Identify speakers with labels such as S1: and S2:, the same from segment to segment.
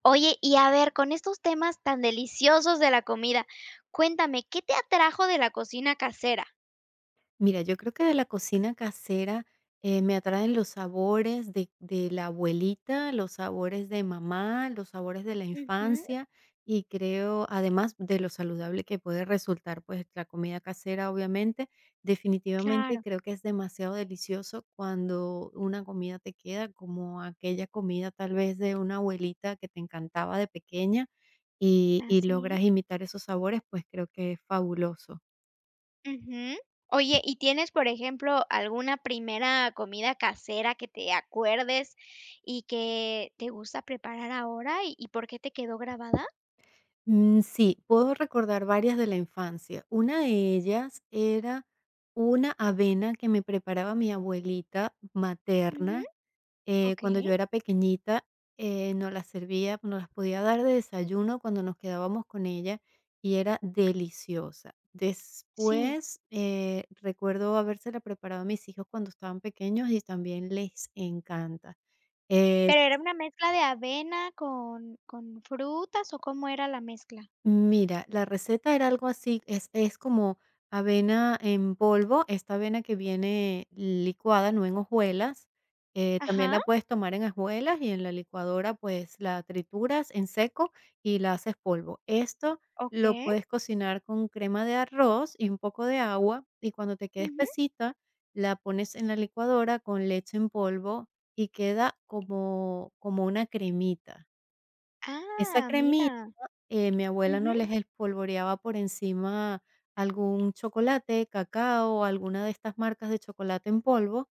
S1: Oye, y a ver, con estos temas tan deliciosos de la comida, cuéntame, ¿qué te atrajo de la cocina casera?
S2: Mira, yo creo que de la cocina casera, me atraen los sabores de la abuelita, los sabores de mamá, los sabores de la
S1: Ujú,
S2: infancia, y creo, además de lo saludable que puede resultar, pues, la comida casera, obviamente. Definitivamente,
S1: claro,
S2: creo que es demasiado delicioso cuando una comida te queda como aquella comida, tal vez, de una abuelita que te encantaba de pequeña, y
S1: así es.
S2: logras imitar esos sabores, pues, creo que es fabuloso.
S1: Ujú. Oye, ¿y tienes, por ejemplo, alguna primera comida casera que te acuerdes y que te gusta preparar ahora y por qué te quedó grabada?
S2: Sí, puedo recordar varias de la infancia. Una de ellas era una avena que me preparaba mi abuelita
S1: Ujú,
S2: materna,
S1: ok,
S2: cuando yo era pequeñita, nos las servía, nos las podía dar de desayuno cuando nos quedábamos con ella y era deliciosa.
S1: sí.
S2: Después, recuerdo habérsela preparado a mis hijos cuando estaban pequeños y también les encanta. Eh,
S1: ¿Pero era una mezcla de avena con, frutas o cómo era la mezcla?
S2: Mira, la receta era algo así, es como avena en polvo, esta avena que viene licuada, no en hojuelas, también
S1: Ajá.
S2: la puedes tomar en hojuelas y en la licuadora, pues, la trituras en seco y la haces polvo. Esto lo
S1: Ok.
S2: puedes cocinar con crema de arroz y un poco de agua, y cuando te quede
S1: Ujú.
S2: espesita, la pones en la licuadora con leche en polvo y queda como una cremita. Esa
S1: Ah,
S2: cremita
S1: mira.
S2: mi abuela no
S1: Ujú.
S2: les espolvoreaba por encima algún chocolate, cacao, alguna de estas marcas de chocolate en polvo.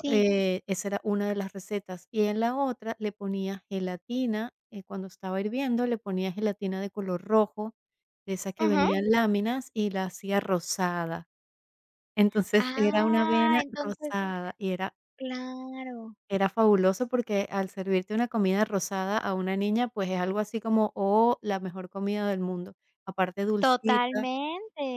S1: Sí.
S2: Esa era una de las recetas. Y en la otra le ponía gelatina, cuando estaba hirviendo, le ponía gelatina de color rojo, de esas que
S1: Ajá.
S2: venían láminas, y la hacía rosada. Entonces era una
S1: Ah,
S2: avena
S1: entonces,
S2: rosada y era
S1: claro,
S2: era fabuloso porque al servirte una comida rosada a una niña, pues, es algo así como: "Oh, la mejor comida del mundo". Aparte dulcita,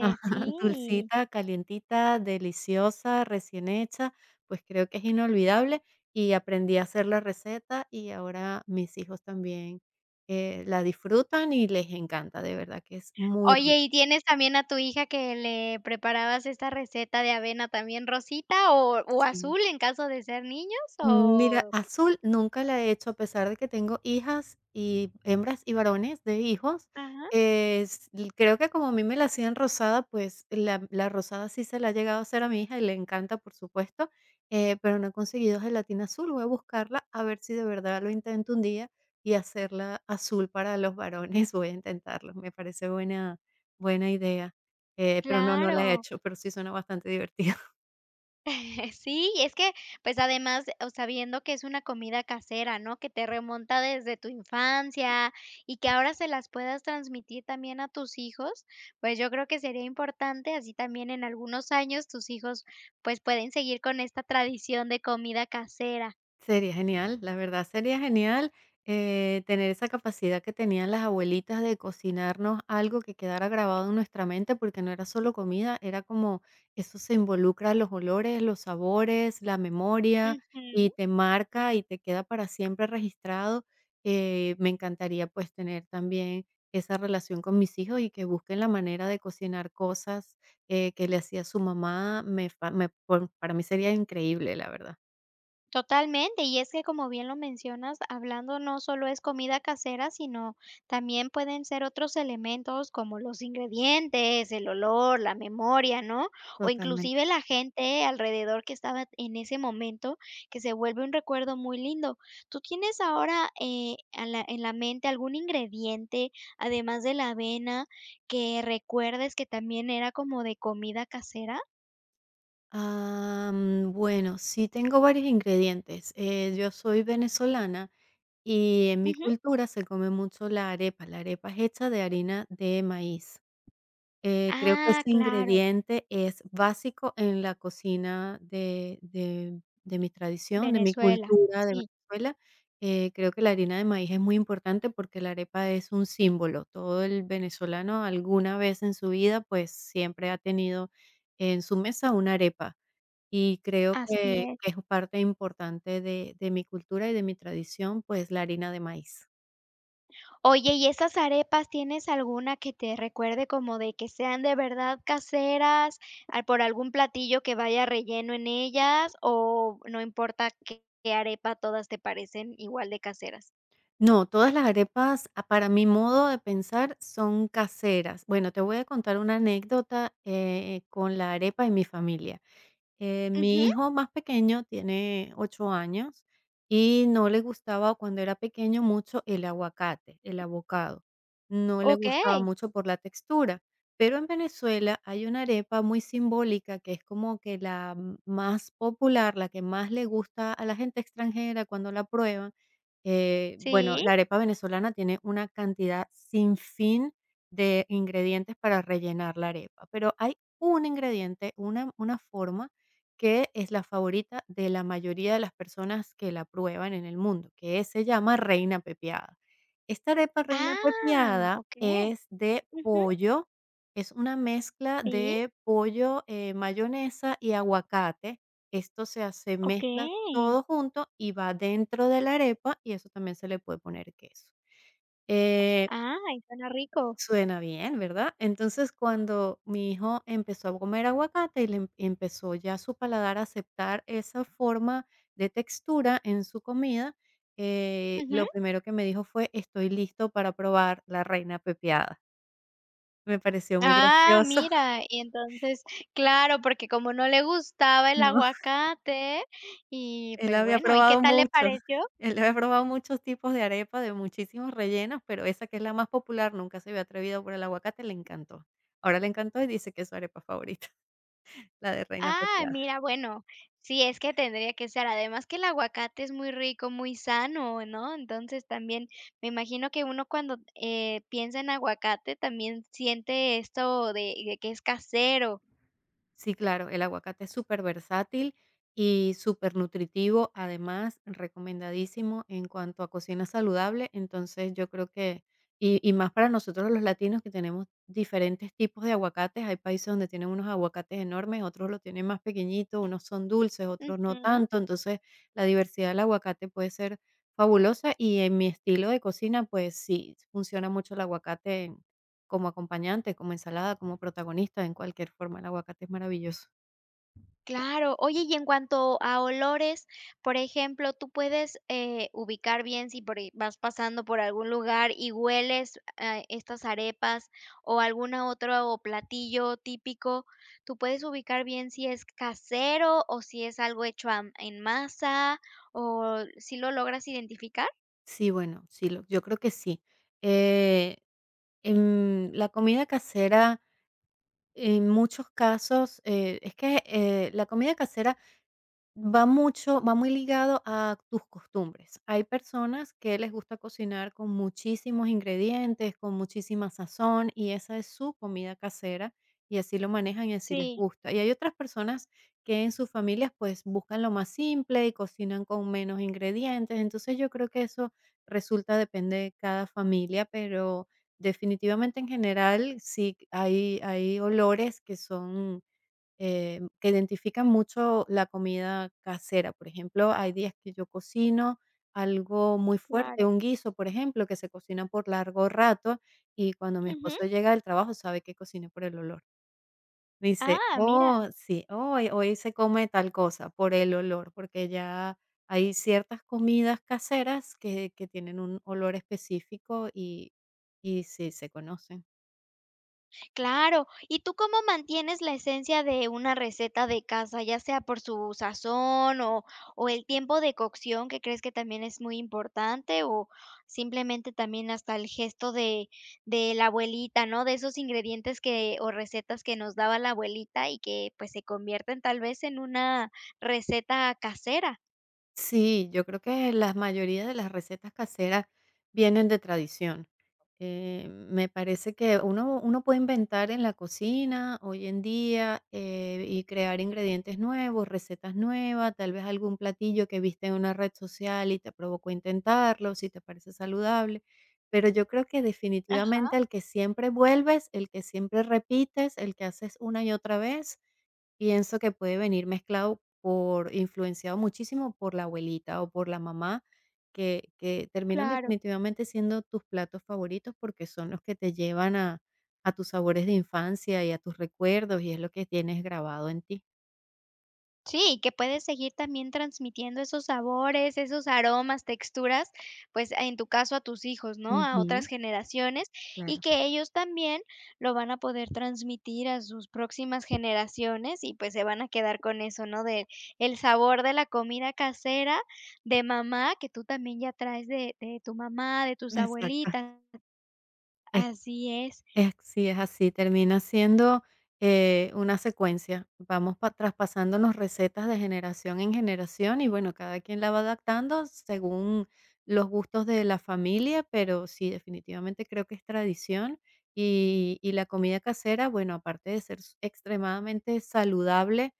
S2: ajá,
S1: sí.
S2: dulcita, calientita, deliciosa, recién hecha, pues, creo que es inolvidable, y aprendí a hacer la receta, y ahora mis hijos también, la disfrutan y les encanta, de verdad que es muy rico.
S1: Oye, ¿y tienes también a tu hija que le preparabas esta receta de avena también rosita o
S2: Sí.
S1: azul en caso de ser niños
S2: Mira,
S1: o?
S2: azul nunca la he hecho, a pesar de que tengo hijas y hembras y varones de hijos.
S1: Ajá.
S2: Es l Creo que como a mí me la hacían rosada, pues la rosada sí se la ha llegado a hacer a mi hija y le encanta, por supuesto, pero no he conseguido gelatina azul. Voy a buscarla a ver si de verdad lo intento un día y hacerla azul para los varones. Voy a intentarlo, me parece buena idea, pero no, no la he
S1: Claro.
S2: hecho, pero sí suena bastante divertido.
S1: Sí, y es que, pues, además, o sea, que es una comida casera, ¿no? Que te remonta desde tu infancia y que ahora se las puedas transmitir también a tus hijos, pues, yo creo que sería importante, así también en algunos años tus hijos, pues, pueden seguir con esta tradición de comida casera.
S2: Sería genial, la verdad sería genial, tener esa capacidad que tenían las abuelitas de cocinarnos algo que quedara grabado en nuestra mente, porque no era solo comida, era como eso se involucra los olores, los sabores, la memoria, y
S1: Ujú.
S2: te marca y te queda para siempre registrado. Me encantaría, pues, tener también esa relación con mis hijos y que busquen la manera de cocinar cosas, que le hacía su mamá, me fa me pon para mí sería increíble, la verdad,
S1: Totalmente, y es que como bien lo mencionas, hablando no solo es comida casera, sino también pueden ser otros elementos como los ingredientes, el olor, la memoria, ¿no? O
S2: totalmente.
S1: inclusive la gente alrededor que estaba en ese momento, que se vuelve un recuerdo muy lindo. ¿Tú tienes ahora a la- en la mente algún ingrediente, además de la avena, que recuerdes que también era como de comida casera?
S2: Bueno, sí tengo varios ingredientes. Yo soy venezolana y en mi
S1: Ujú.
S2: cultura se come mucho la arepa. La arepa es hecha de harina de maíz. Creo que
S1: Ah,
S2: ese
S1: claro,
S2: ingrediente es básico en la cocina de mi tradición, de mi
S1: Venezuela,
S2: cultura de
S1: sí.
S2: Venezuela. Creo que la harina de maíz es muy importante porque la arepa es un símbolo. Todo el venezolano alguna vez en su vida, pues siempre ha tenido en su mesa una arepa y creo que
S1: Así es.
S2: que es parte importante de mi cultura y de mi tradición, pues, la harina de maíz.
S1: Oye, ¿y esas arepas tienes alguna que te recuerde como de que sean de verdad caseras, ah, por algún platillo que vaya relleno en ellas, o no importa qué arepa, todas te parecen igual de caseras?
S2: No, todas las arepas, ah, para mi modo de pensar, son caseras. Bueno, te voy a contar una anécdota, con la arepa y mi familia.
S1: Ujú,
S2: Mi hijo más pequeño tiene 8 años y no le gustaba cuando era pequeño mucho el aguacate, el avocado. No le gustaba
S1: okey,
S2: mucho por la textura, pero en Venezuela hay una arepa muy simbólica que es como que más popular, la que más le gusta a la gente extranjera cuando la prueban. Bueno,
S1: sí.
S2: la arepa venezolana tiene una cantidad sin fin de ingredientes para rellenar la arepa, pero hay un ingrediente, una forma que es la favorita de la mayoría de las personas que la prueban en el mundo, que se llama reina pepiada. Esta arepa reina
S1: Ah,
S2: pepiada
S1: okey.
S2: es de
S1: Ujú,
S2: pollo, es una mezcla
S1: sí,
S2: de pollo, mayonesa y aguacate. Esto se hace, mezcla
S1: okey.
S2: todo junto y va dentro de la arepa y eso también se le puede poner queso. Eh,
S1: Ay, suena rico.
S2: Suena bien, ¿verdad? Entonces, cuando mi hijo empezó a comer aguacate y le empezó ya su paladar a aceptar esa forma de textura en su comida,
S1: Ujú.
S2: lo primero que me dijo fue, estoy listo para probar la reina pepiada. Me pareció muy
S1: Ah,
S2: gracioso.
S1: mira, y entonces, claro, porque como no le gustaba el
S2: ¿No?
S1: aguacate y,
S2: Él
S1: pues,
S2: había
S1: bueno, ¿y qué
S2: probado
S1: tal le
S2: muchos,
S1: pareció?
S2: él había probado muchos tipos de arepa de muchísimos rellenos, pero esa que es la más popular, nunca se había atrevido por el aguacate, le encantó. Ahora le encantó y dice que es su arepa favorita, la de reina
S1: Ah,
S2: pepiada.
S1: mira, bueno, sí, es que tendría que ser, además que el aguacate es muy rico, muy sano, ¿no? Entonces, también me imagino que uno cuando, piensa en aguacate también siente esto de que es casero.
S2: Sí, claro, el aguacate es súper versátil y súper nutritivo, además recomendadísimo en cuanto a cocina saludable, entonces yo creo que y más para nosotros los latinos que tenemos diferentes tipos de aguacates, hay países donde tienen unos aguacates enormes, otros lo tienen más pequeñitos, unos son dulces, otros no
S1: Ujú.
S2: tanto, entonces la diversidad del aguacate puede ser fabulosa y en mi estilo de cocina, pues sí, funciona mucho el aguacate como acompañante, como ensalada, como protagonista, en cualquier forma, el aguacate es maravilloso.
S1: Claro. Oye, y en cuanto a olores, por ejemplo, tú puedes, ubicar bien si por ahí vas pasando por algún lugar y hueles, ah, estas arepas o alguna otro platillo típico, tú puedes ubicar bien si es casero o si es algo hecho a en masa, ¿o si lo logras identificar?
S2: Sí, bueno, sí, lo yo creo que sí. Eh, la comida casera, en muchos casos, es que, la comida casera va muy ligado a tus costumbres. Hay personas que les gusta cocinar con muchísimos ingredientes, con muchísima sazón, y esa es su comida casera, y así lo manejan y así les
S1: Sí,
S2: gusta. Y hay otras personas que en sus familias, pues, buscan lo más simple y cocinan con menos ingredientes. Entonces, yo creo que eso resulta depende de cada familia, pero definitivamente en general sí hay olores que son que identifican mucho la comida casera. Por ejemplo, hay días que yo cocino algo muy fuerte,
S1: claro.
S2: un guiso, por ejemplo, que se cocina por largo rato y cuando mi
S1: Ujú.
S2: esposo llega del trabajo sabe que cociné por el olor. Me dice,
S1: Ah, mira.
S2: oh, sí, hoy, hoy se come tal cosa por el olor, porque ya hay ciertas comidas caseras que tienen un olor específico y sí se conocen.
S1: Claro. ¿Y tú cómo mantienes la esencia de una receta de casa, ya sea por su sazón o el tiempo de cocción, que crees que también es muy importante, o simplemente también hasta el gesto de la abuelita, ¿no? De esos ingredientes que o recetas que nos daba la abuelita y que, pues, se convierten tal vez en una receta casera.
S2: Sí, yo creo que la mayoría de las recetas caseras vienen de tradición. Me parece que uno puede inventar en la cocina hoy en día, y crear ingredientes nuevos, recetas nuevas, tal vez algún platillo que viste en una red social y te provocó intentarlo, si te parece saludable. Pero yo creo que
S1: Ajá,
S2: definitivamente el que siempre vuelves, el que siempre repites, el que haces una y otra vez, pienso que puede venir mezclado por influenciado muchísimo por la abuelita o por la mamá, que terminan
S1: claro.
S2: definitivamente siendo tus platos favoritos, porque son los que te llevan a tus sabores de infancia y a tus recuerdos, y es lo que tienes grabado en ti.
S1: Sí, que puedes seguir también transmitiendo esos sabores, esos aromas, texturas, pues, en tu caso a tus hijos, ¿no? A otras
S2: Ujú,
S1: generaciones, y
S2: claro,
S1: que ellos también lo van a poder transmitir a sus próximas generaciones y, pues, se van a quedar con eso, ¿no? De el sabor de la comida casera de mamá, que tú también ya traes de tu mamá, de tus
S2: exacto.
S1: abuelitas. Así es.
S2: Es Sí, es así, termina siendo, una secuencia. Vamos pa traspasándonos recetas de generación en generación y, bueno, cada quien la va adaptando según los gustos de la familia, pero sí, definitivamente creo que es tradición. Y la comida casera, bueno, aparte de ser s extremadamente saludable,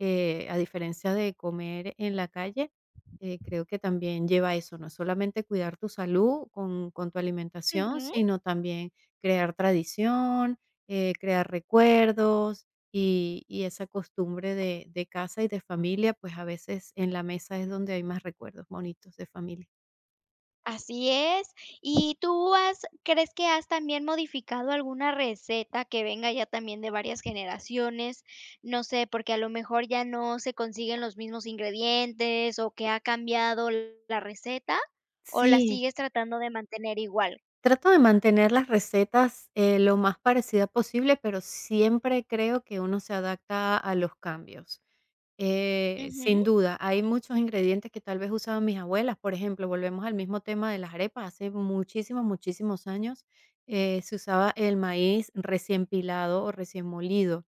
S2: a diferencia de comer en la calle, creo que también lleva eso, no solamente cuidar tu salud con tu alimentación,
S1: Ujú.
S2: sino también crear tradición, crear recuerdos y esa costumbre de casa y de familia, pues a veces en la mesa es donde hay más recuerdos bonitos de familia.
S1: Así es. ¿Y tú has crees que has también modificado alguna receta que venga ya también de varias generaciones? No sé, porque a lo mejor ya no se consiguen los mismos ingredientes, o que ha cambiado l- la receta, ¿o la
S2: Sí,
S1: sigues tratando de mantener igual?
S2: trato de mantener las recetas, lo más parecida posible, pero siempre creo que uno se adapta a los cambios.
S1: Ujú.
S2: Sin duda, hay muchos ingredientes que tal vez usaban mis abuelas, por ejemplo, volvemos al mismo tema de las arepas, hace muchísimos, muchísimos años se usaba el maíz recién pilado o recién molido,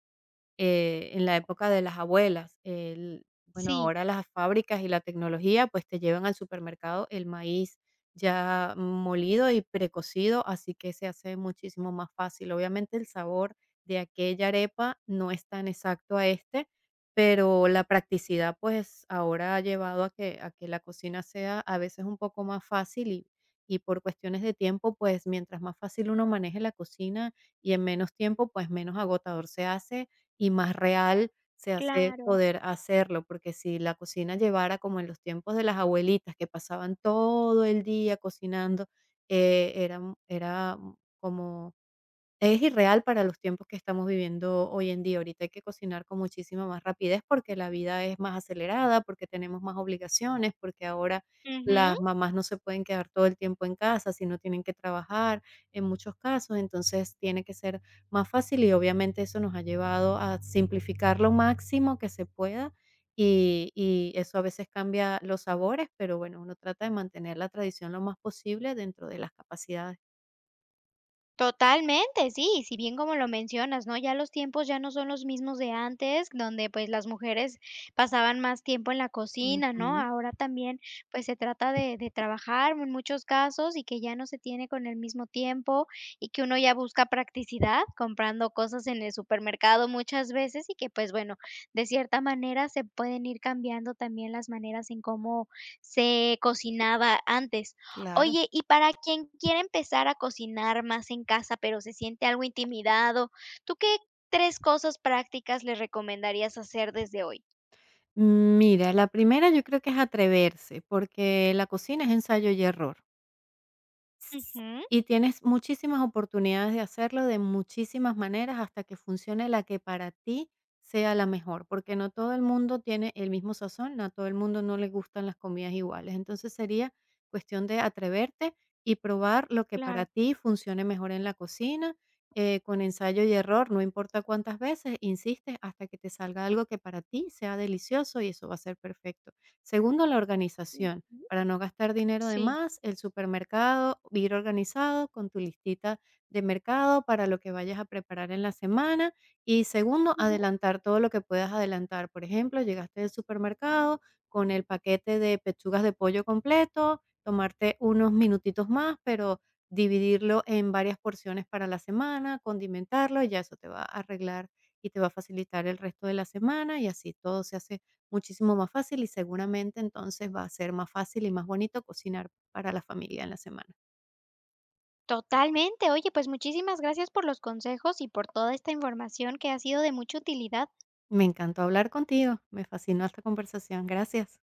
S2: en la época de las abuelas. Bueno,
S1: Sí,
S2: ahora las fábricas y la tecnología, pues te llevan al supermercado el maíz ya molido y precocido, así que se hace muchísimo más fácil. Obviamente el sabor de aquella arepa no es tan exacto a este, pero la practicidad pues ahora ha llevado a que la cocina sea a veces un poco más fácil y por cuestiones de tiempo, pues mientras más fácil uno maneje la cocina y en menos tiempo, pues menos agotador se hace y más real se hace
S1: claro.
S2: poder hacerlo, porque si la cocina llevara como en los tiempos de las abuelitas, que pasaban todo el día cocinando, eh, era, era como es irreal para los tiempos que estamos viviendo hoy en día. Ahorita hay que cocinar con muchísima más rapidez porque la vida es más acelerada, porque tenemos más obligaciones, porque ahora las
S1: Ujú.
S2: mamás no se pueden quedar todo el tiempo en casa, sino tienen que trabajar en muchos casos, entonces tiene que ser más fácil y obviamente eso nos ha llevado a simplificar lo máximo que se pueda, y eso a veces cambia los sabores, pero bueno, uno trata de mantener la tradición lo más posible dentro de las capacidades.
S1: Totalmente, sí, si bien como lo mencionas, ¿no? Ya los tiempos ya no son los mismos de antes, donde pues las mujeres pasaban más tiempo en la cocina, ¿no?
S2: Ujú,
S1: Ahora también pues se trata de, trabajar en muchos casos y que ya no se tiene con el mismo tiempo y que uno ya busca practicidad comprando cosas en el supermercado muchas veces y que pues bueno, de cierta manera se pueden ir cambiando también las maneras en cómo se cocinaba antes.
S2: claro.
S1: Oye, y para quien quiere empezar a cocinar más en casa, pero se siente algo intimidado, ¿tú qué 3 cosas prácticas le recomendarías hacer desde hoy?
S2: Mira, la primera yo creo que es atreverse, porque la cocina es ensayo y error
S1: Ujú,
S2: y tienes muchísimas oportunidades de hacerlo de muchísimas maneras hasta que funcione la que para ti sea la mejor, porque no todo el mundo tiene el mismo sazón, no a todo el mundo no le gustan las comidas iguales. Entonces, sería cuestión de atreverte y probar lo que para
S1: claro.
S2: ti funcione mejor en la cocina, con ensayo y error, no importa cuántas veces, insistes hasta que te salga algo que para ti sea delicioso y eso va a ser perfecto. Segundo, la
S1: Ujú.
S2: organización. Para no gastar dinero de
S1: Sí.
S2: más, el supermercado, ir organizado con tu listita de mercado para lo que vayas a preparar en la semana. Y segundo,
S1: Ujú.
S2: adelantar todo lo que puedas adelantar. Por ejemplo, llegaste del supermercado con el paquete de pechugas de pollo completo, tomarte unos minutitos más, pero dividirlo en varias porciones para la semana, condimentarlo, y ya eso te va a arreglar y te va a facilitar el resto de la semana y así todo se hace muchísimo más fácil y seguramente entonces va a ser más fácil y más bonito cocinar para la familia en la semana.
S1: Totalmente. Oye, pues muchísimas gracias por los consejos y por toda esta información que ha sido de mucha utilidad.
S2: Me encantó hablar contigo, me fascinó esta conversación, gracias.